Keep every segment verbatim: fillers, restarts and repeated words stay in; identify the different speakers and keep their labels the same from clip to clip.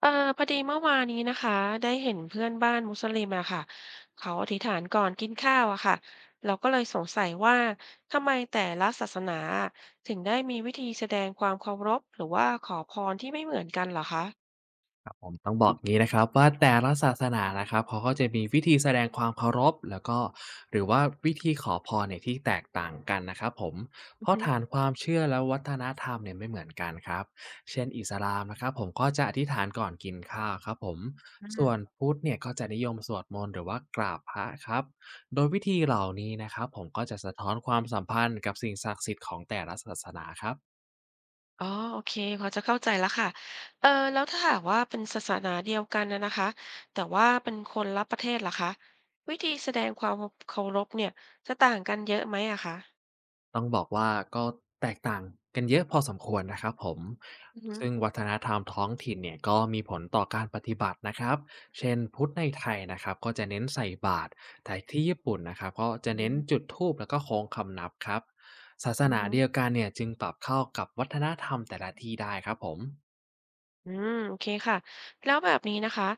Speaker 1: เออพอดีเมื่อวานนี้นะคะได้เห็นเพื่อนบ้านมุสลิมอะค่ะเขาอธิษฐานก่อนกินข้าวอะค่ะเราก็เลยสงสัยว่าทำไมแต่ละศาสนาถึงได้มีวิธีแสดงความเคารพหรือว่าขอพรที่ไม่เหมือนกันเหรอคะ
Speaker 2: ผมต้องบอกงี้นะครับว่าแต่ละศาสนานะครับเขาก็จะมีวิธีแสดงความเคารพแล้วก็หรือว่าวิธีขอพรเนี่ยที่แตกต่างกันนะครับผม
Speaker 1: อื
Speaker 2: เพ
Speaker 1: อ
Speaker 2: ราะ
Speaker 1: ฮึ
Speaker 2: ฐานความเชื่อและวัฒนธรรมเนี่ยไม่เหมือนกันครับเช่นอิสลามนะครับผมก็จะอธิษฐานก่อนกินข้าวครับผม
Speaker 1: อื
Speaker 2: ส่วน
Speaker 1: ม
Speaker 2: พุทธเนี่ยก็จะนิยมสวดมนต์หรือว่ากราบพระครับโดยวิธีเหล่านี้นะครับผมก็จะสะท้อนความสัมพันธ์กับสิ่งศักดิ์สิทธิ์ของแต่ละศาสนาครับ
Speaker 1: อ๋อโอเคพอจะเข้าใจแล้วค่ะเออแล้วถ้าหากว่าเป็นศาสนาเดียวกันนะนะคะแต่ว่าเป็นคนละประเทศล่ะคะวิธีแสดงความเคารพเนี่ยจะต่างกันเยอะไหมอะคะ
Speaker 2: ต้องบอกว่าก็แตกต่างกันเยอะพอสมควรนะครับผม
Speaker 1: อือฮึ
Speaker 2: ซึ่งวัฒนธรรมท้องถิ่นเนี่ยก็มีผลต่อการปฏิบัตินะครับ เช่นพุทธในไทยนะครับก็จะเน้นใส่บาตรแต่ที่ญี่ปุ่นนะครับก็จะ
Speaker 1: อื
Speaker 2: เน้น
Speaker 1: ม
Speaker 2: จุดธูปแล้วก็โค้งคำนับครับศาส
Speaker 1: อือ
Speaker 2: นา
Speaker 1: ฮึ
Speaker 2: เดียวกันเนี่ยจึงปรับเข้ากับวัฒนธรรมแต่ละที่ได้ครับผม
Speaker 1: อืมโอเคค่ะแล้วแบบนี้นะคะ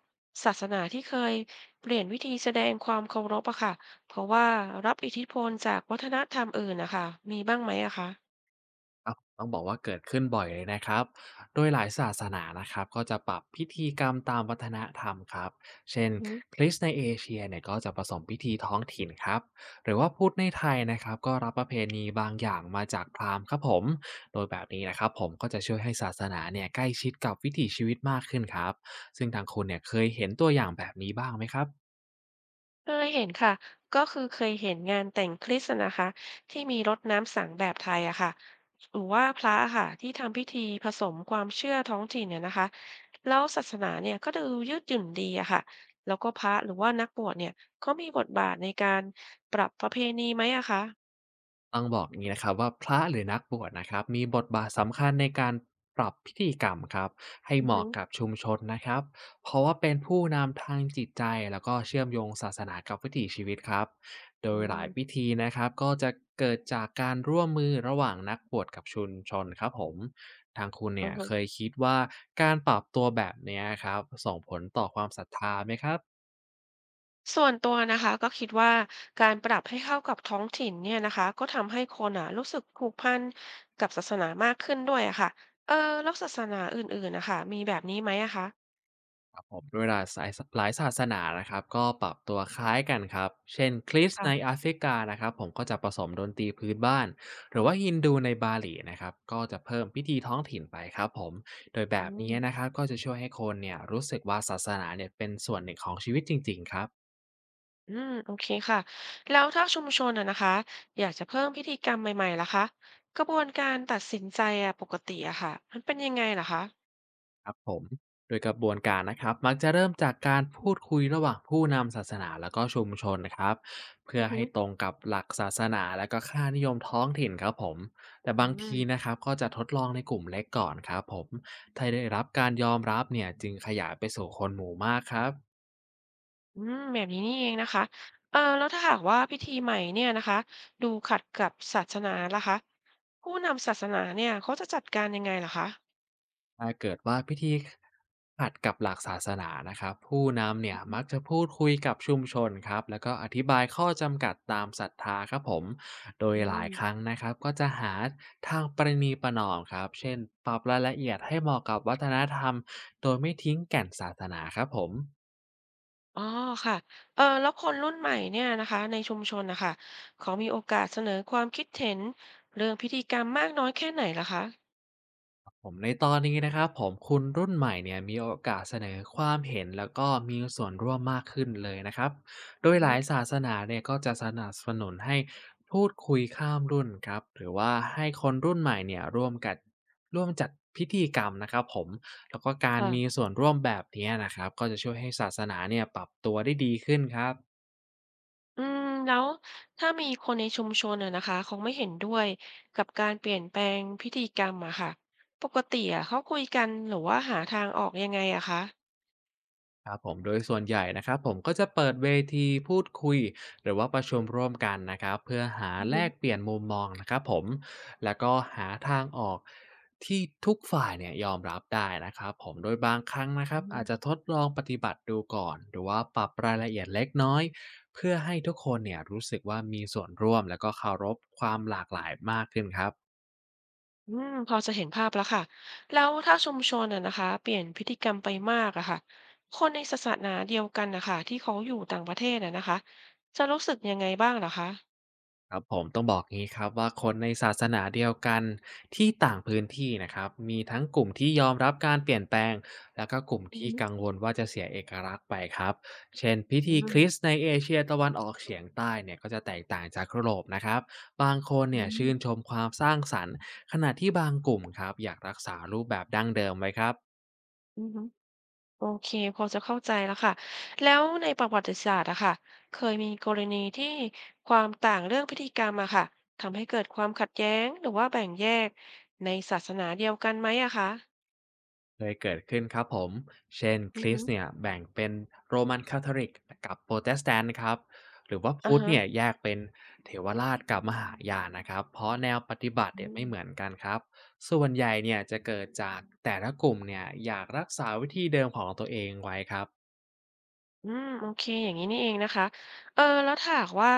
Speaker 1: ศาสนาที่เคยเปลี่ยนวิธีแสดงความเคารพอะค่ะเพราะว่ารับอิทธิพลจากวัฒนธรรมอื่นนะคะมีบ้างไหมอะคะ
Speaker 2: ต้องบอกว่าเกิดขึ้นบ่อยเลยนะครับโดยหลายศาสนานะครับก็จะปรับพิธีกรรมตามวัฒนธรรมครับเช่น
Speaker 1: อือฮึ
Speaker 2: คริสต์ในเอเชียเนี่ยก็จะผสมพิธีท้องถิ่นครับหรือว่าพุทธในไทยนะครับก็รับประเพณีบางอย่างมาจากพราหมณ์ครับผม โดยแบบนี้นะครับผมก็จะช่วยให้ศาสนาเนี่ยใกล้ชิดกับวิถีชีวิตมากขึ้นครับ ซึ่งทางคุณเนี่ยเคยเห็นตัวอย่างแบบนี้บ้างไหมครับ
Speaker 1: เคยเห็นค่ะก็คือเคยเห็นงานแต่งคริสต์นะคะที่มีรดน้ำสังแบบไทยอะค่ะหรือว่าพระอะค่ะที่ทำพิธีผสมความเชื่อท้องถิ่นเนี่ยนะคะแล้วศาสนาเนี่ยก็ดูยืดหยุ่นดีอะค่ะแล้วก็พระหรือว่านักบวชเนี่ยก็มีบทบาทในการปรับประเพณีไหมอะคะ
Speaker 2: ต้องบอกอย่างนี้นะครับว่าพระหรือนักบวชนะครับมีบทบาทสำคัญในการปรับพิธีกรรมครับให้
Speaker 1: อื
Speaker 2: เห
Speaker 1: อฮึ
Speaker 2: มาะกับชุมชนนะครับเพราะว่าเป็นผู้นำทางจิตใจแล้วก็เชื่อมโยงศาสนากับวิถีชีวิตครับโด
Speaker 1: อื
Speaker 2: ยห
Speaker 1: ม
Speaker 2: ลายพิธีนะครับก็จะเกิดจากการร่วมมือระหว่างนักบวชกับชุมชนครับผมทางคุณ
Speaker 1: อื
Speaker 2: เนี่
Speaker 1: อ
Speaker 2: ย
Speaker 1: ฮึ
Speaker 2: เคยคิดว่าการปรับตัวแบบเนี้ยครับส่งผลต่อความศรัทธาไหมครับ
Speaker 1: ส่วนตัวนะคะก็คิดว่าการปรับให้เข้ากับท้องถิ่นเนี่ยนะคะก็ทำให้คนอะรู้สึกผูกพันกับศาสนามากขึ้นด้วยอะค่ะเออแล้วศาสนาอื่นๆนะคะมีแบบนี้ไหมอะคะ
Speaker 2: ผมโดยหลายสายหลายศาสนานะครับก็ปรับตัวคล้า
Speaker 1: อ
Speaker 2: ยกันครับเช่นคริสต์ใน
Speaker 1: ค่ะ
Speaker 2: แอฟริกานะครับผมก็จะผสมดนตรีพื้นบ้านหรือว่าฮินดูในบาหลีนะครับก็จะเพิ่มพิธีท้องถิ่นไปครับผมโดยแบ
Speaker 1: อื
Speaker 2: บนี้นะ
Speaker 1: ม
Speaker 2: ครับก็จะช่วยให้คนเนี่ยรู้สึกว่าศาสนาเนี่ยเป็นส่วนหนึ่งของชีวิตจริงๆครับ
Speaker 1: อืมโอเคค่ะแล้วถ้าชุมชนอะนะคะอยากจะเพิ่มพิธีกรรมใหม่ๆล่ะคะกระบวนการตัดสินใจอะปกติอะค่ะมันเป็นยังไงล่ะคะ
Speaker 2: ผมโดยกระบวนการนะครับมักจะเริ่มจากการพูดคุยระหว่างผู้นำศาสนาแล้วก็ชุมชนนะครับเพื่อ
Speaker 1: อือฮึ
Speaker 2: ให้ตรงกับหลักศาสนาและก็ค่านิยมท้องถิ่นครับผมแต่
Speaker 1: อื
Speaker 2: บางที
Speaker 1: ม
Speaker 2: นะครับก็จะทดลองในกลุ่มเล็กก่อนครับผมถ้าได้รับการยอมรับเนี่ยจึงขยายไปสู่คนหมู่มากครับ
Speaker 1: อืมแบบนี้นี่เองนะคะเออแล้วถ้าหากว่าพิธีใหม่เนี่ยนะคะ ดูขัดกับศาสนาล่ะคะผู้นำศาสนาเนี่ยเขาจะจัดการยังไงล่ะคะ
Speaker 2: ถ้าเกิดว่าพิธีขัดกับหลักศาสนานะครับผู้นำเนี่ยมักจะพูดคุยกับชุมชนครับแล้วก็อธิบายข้อจำกัดตามศรัทธาครับผมโดย
Speaker 1: อื
Speaker 2: หลายครั้ง
Speaker 1: ม
Speaker 2: นะครับก็จะหาทางประนีประนอมครับเช่นปรับรายละเอียดให้เหมาะกับวัฒนธรรมโดยไม่ทิ้งแก่นศาสนาครับผม
Speaker 1: อ๋อค่ะเออแล้วคนรุ่นใหม่เนี่ยนะคะในชุมชนนะคะเขามีโอกาสเสนอความคิดเห็นเรื่องพิธีกรรมมากน้อยแค่ไหนล่ะคะ
Speaker 2: ผมในตอนนี้นะครับผมคณรุ่นใหม่เนี่ยมีโอกาสเสนอความเห็นแล้วก็มีส่วนร่วมมากขึ้นเลยนะครับโดย
Speaker 1: อื
Speaker 2: หลาย
Speaker 1: ม
Speaker 2: ศาสนาเนี่ยก็จะสนับสนุนให้พูดคุยข้ามรุ่นครับหรือว่าให้คนรุ่นใหม่เนี่ยร่วมกันร่วมจัดพิธีกรรมนะครับผมแล้วก็การมี
Speaker 1: ค่ะ
Speaker 2: ส่วนร่วมแบบเนี้ยนะครับก็จะช่วยให้ศาสนาเนี่ยปรับตัวได้ดีขึ้นครับ
Speaker 1: อืมแล้วถ้ามีคนในชุมชนอะนะคะเขาไม่เห็นด้วยกับการเปลี่ยนแปลงพิธีกรรมอะค่ะปกติอะเขาคุยกันหรือว่าหาทางออกยังไงอะคะ
Speaker 2: ครับผมโดยส่วนใหญ่นะครับผมก็จะเปิดเวทีพูดคุยหรือว่าประชุมร่วมกันนะครับเพื่อหา
Speaker 1: อื
Speaker 2: แล
Speaker 1: อ
Speaker 2: กเปลี่ยนมุมมองนะครับผมแล้วก็หาทางออกที่ทุกฝ่ายเนี่ยยอมรับได้นะครับผมโดยบางครั้งนะครั
Speaker 1: อื
Speaker 2: บอาจ
Speaker 1: ม
Speaker 2: จะทดลองปฏิบัติดูก่อนหรือว่าปรับรายละเอียดเล็กน้อยเพื่อให้ทุกคนเนี่ยรู้สึกว่ามีส่วนร่วมแล้วก็เคารพความหลากหลายมากขึ้นครับ
Speaker 1: อืมพอจะเห็นภาพแล้วค่ะแล้วถ้าชุมชนอะนะคะเปลี่ยนพฤติกรรมไปมากอะค่ะคนในศาสนาเดียวกันนะคะที่เขาอยู่ต่างประเทศอะนะคะจะรู้สึกยังไงบ้างเหรอคะ
Speaker 2: ครับผมต้องบอกงี้ครับว่าคนในศาสนาเดียวกันที่ต่างพื้นที่นะครับมีทั้งกลุ่มที่ยอมรับการเปลี่ยนแปลงแล้วก็กลุ่ม
Speaker 1: อื
Speaker 2: ที่
Speaker 1: ม
Speaker 2: กังวลว่าจะเสียเอกลักษณ์ไปครับเช่นพิ
Speaker 1: อื
Speaker 2: ธีคริส
Speaker 1: ม
Speaker 2: ต์ในเอเชียตะวันออกเฉียงใต้เนี่ยก็จะแตกต่างจากยุโรปนะครับบางคน
Speaker 1: อื
Speaker 2: เนี่ยชื่
Speaker 1: ม
Speaker 2: นชมความสร้างสรรค์ขณะที่บางกลุ่มครับอยากรักษารูปแบบดั้งเดิมไว้ครับ
Speaker 1: อืม โอเคพอจะเข้าใจแล้วค่ะแล้วในประวัติศาสตร์อะค่ะเคยมีกรณีที่ความต่างเรื่องพิธีกรรมอะค่ะทำให้เกิดความขัดแย้งหรือว่าแบ่งแยกในศาสนาเดียวกันไหมอะคะ
Speaker 2: เคยเกิดขึ้นครับผมเช่นค
Speaker 1: อือ
Speaker 2: ริส
Speaker 1: ฮึ
Speaker 2: ต์เนี่ยแบ่งเป็นโรมันคาทอลิกกับโปรเตสแตนต์ครับหรือว่า
Speaker 1: อะ
Speaker 2: พุทธ
Speaker 1: ฮะ
Speaker 2: เนี่ยแยกเป็นเถรวราชกับมหายานนะครับเพราะแนวปฏิบัติ
Speaker 1: อื
Speaker 2: เนี่ย
Speaker 1: ม
Speaker 2: ไม่เหมือนกันครับส่วนใหญ่เนี่ยจะเกิดจากแต่ละกลุ่มเนี่ยอยากรักษาวิธีเดิมของตัวเองไว้ครับ
Speaker 1: อืมโอเคอย่างนี้นี่เองนะคะเออแล้วถ้าหากว่า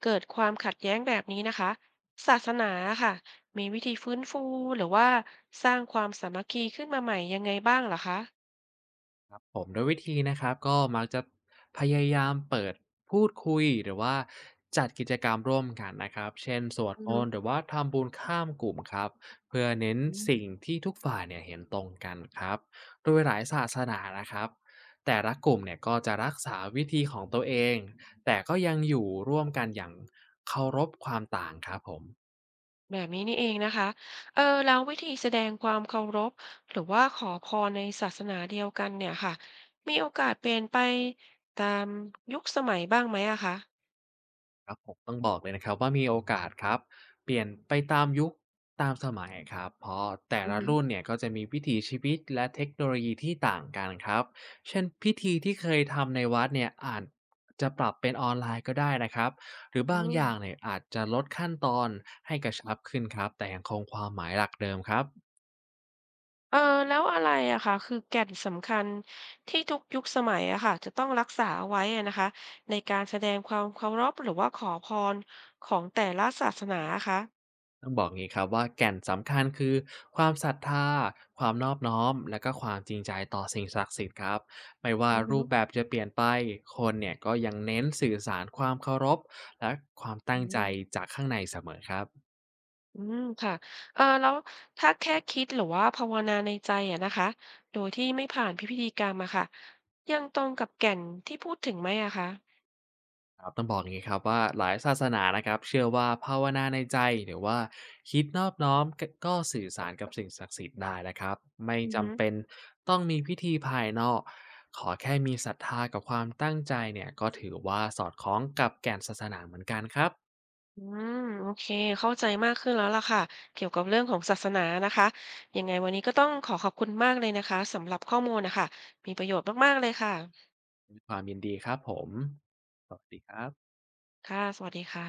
Speaker 1: เกิดความขัดแย้งแบบนี้นะคะศาสนาอะค่ะมีวิธีฟื้นฟูหรือว่าสร้างความสามัคคีขึ้นมาใหม่ยังไงบ้างเหรอคะ
Speaker 2: ผมโดยวิธีนะครับก็มักจะพยายามเปิดพูดคุยหรือว่าจัดกิจกรรมร่วมกันนะครับเช่นสวด
Speaker 1: อือ
Speaker 2: ม
Speaker 1: ฮ
Speaker 2: นต์หรือว่าทำบุญข้ามกลุ่มครับเพื่อเน้น
Speaker 1: ึ
Speaker 2: สิ่งที่ทุกฝ่ายเนี่ยเห็นตรงกันครับโดยหลายศาสนานะครับแต่ละกลุ่มเนี่ยก็จะรักษาวิธีของตัวเองแต่ก็ยังอยู่ร่วมกันอย่างเคารพความต่างครับผม
Speaker 1: แบบนี้นี่เองนะคะเออแล้ววิธีแสดงความเคารพหรือว่าขอพรในศาสนาเดียวกันเนี่ยค่ะมีโอกาสเปลี่ยนไปตามยุคสมัยบ้างไหมอะคะ
Speaker 2: ครับผมต้องบอกเลยนะครับว่ามีโอกาสครับเปลี่ยนไปตามยุคตามสมัยครับเพราะแต่
Speaker 1: อือ
Speaker 2: ละ
Speaker 1: ฮึ
Speaker 2: รุ่นเนี่ยก็จะมีวิถีชีวิตและเทคโนโลยีที่ต่างกันครับเช่นพิธีที่เคยทำในวัดเนี่ยอาจจะปรับเป็นออนไลน์ก็ได้นะครับหรือ
Speaker 1: อื
Speaker 2: บางอ
Speaker 1: ม
Speaker 2: ย่างเนี่ยอาจจะลดขั้นตอนให้กระชับขึ้นครับแต่ยังคงความหมายหลักเดิมครับ
Speaker 1: เออแล้วอะไรอะค่ะคือแก่นสำคัญที่ทุกยุคสมัยอะค่ะจะต้องรักษาเอาไว้อะนะคะในการแสดงความเคารพหรือว่าขอพรของแต่ละศาสนาอะคะ
Speaker 2: ต้องบอกงี้ครับว่าแก่นสำคัญคือความศรัทธาความนอบน้อมและก็ความจริงใจต่อสิ่งศักดิ์สิทธิ์ครับไม่ว่า
Speaker 1: อือฮึ
Speaker 2: รูปแบบจะเปลี่ยนไปคนเนี่ยก็ยังเน้นสื่อสารความเคารพและความตั้ง
Speaker 1: อื
Speaker 2: ใจ
Speaker 1: ม
Speaker 2: จากข้างในเสมอครับ
Speaker 1: อืมค่ะเอ่อแล้วถ้าแค่คิดหรือว่าภาวนาในใจอะนะคะโดยที่ไม่ผ่านพิธีกรรมอะค่ะยังตรงกับแก่นที่พูดถึงไหมอะคะ
Speaker 2: ครับต้องบอกอย่างนี้ครับว่าหลายศาสนานะครับเชื่อว่าภาวนาในใจหรือว่าคิดนอบน้อมกก็สื่อสารกับสิ่งศักดิ์สิทธิ์ได้นะครับไม่
Speaker 1: อือฮึ
Speaker 2: จำเป็นต้องมีพิธีภายนอกขอแค่มีศรัทธากับความตั้งใจเนี่ยก็ถือว่าสอดคล้องกับแก่นศาสนาเหมือนกันครับ
Speaker 1: อืมโอเคเข้าใจมากขึ้นแล้วล่ะค่ะ เกี่ยวกับเรื่องของศาสนานะคะยังไงวันนี้ก็ต้องขอขอบคุณมากเลยนะคะสำหรับข้อมูลนะคะ มีประโยชน์มากๆเลยค่ะ
Speaker 2: ด้วยความยินดีครับผมสวัสดีครับ
Speaker 1: ค่ะสวัสดีค่ะ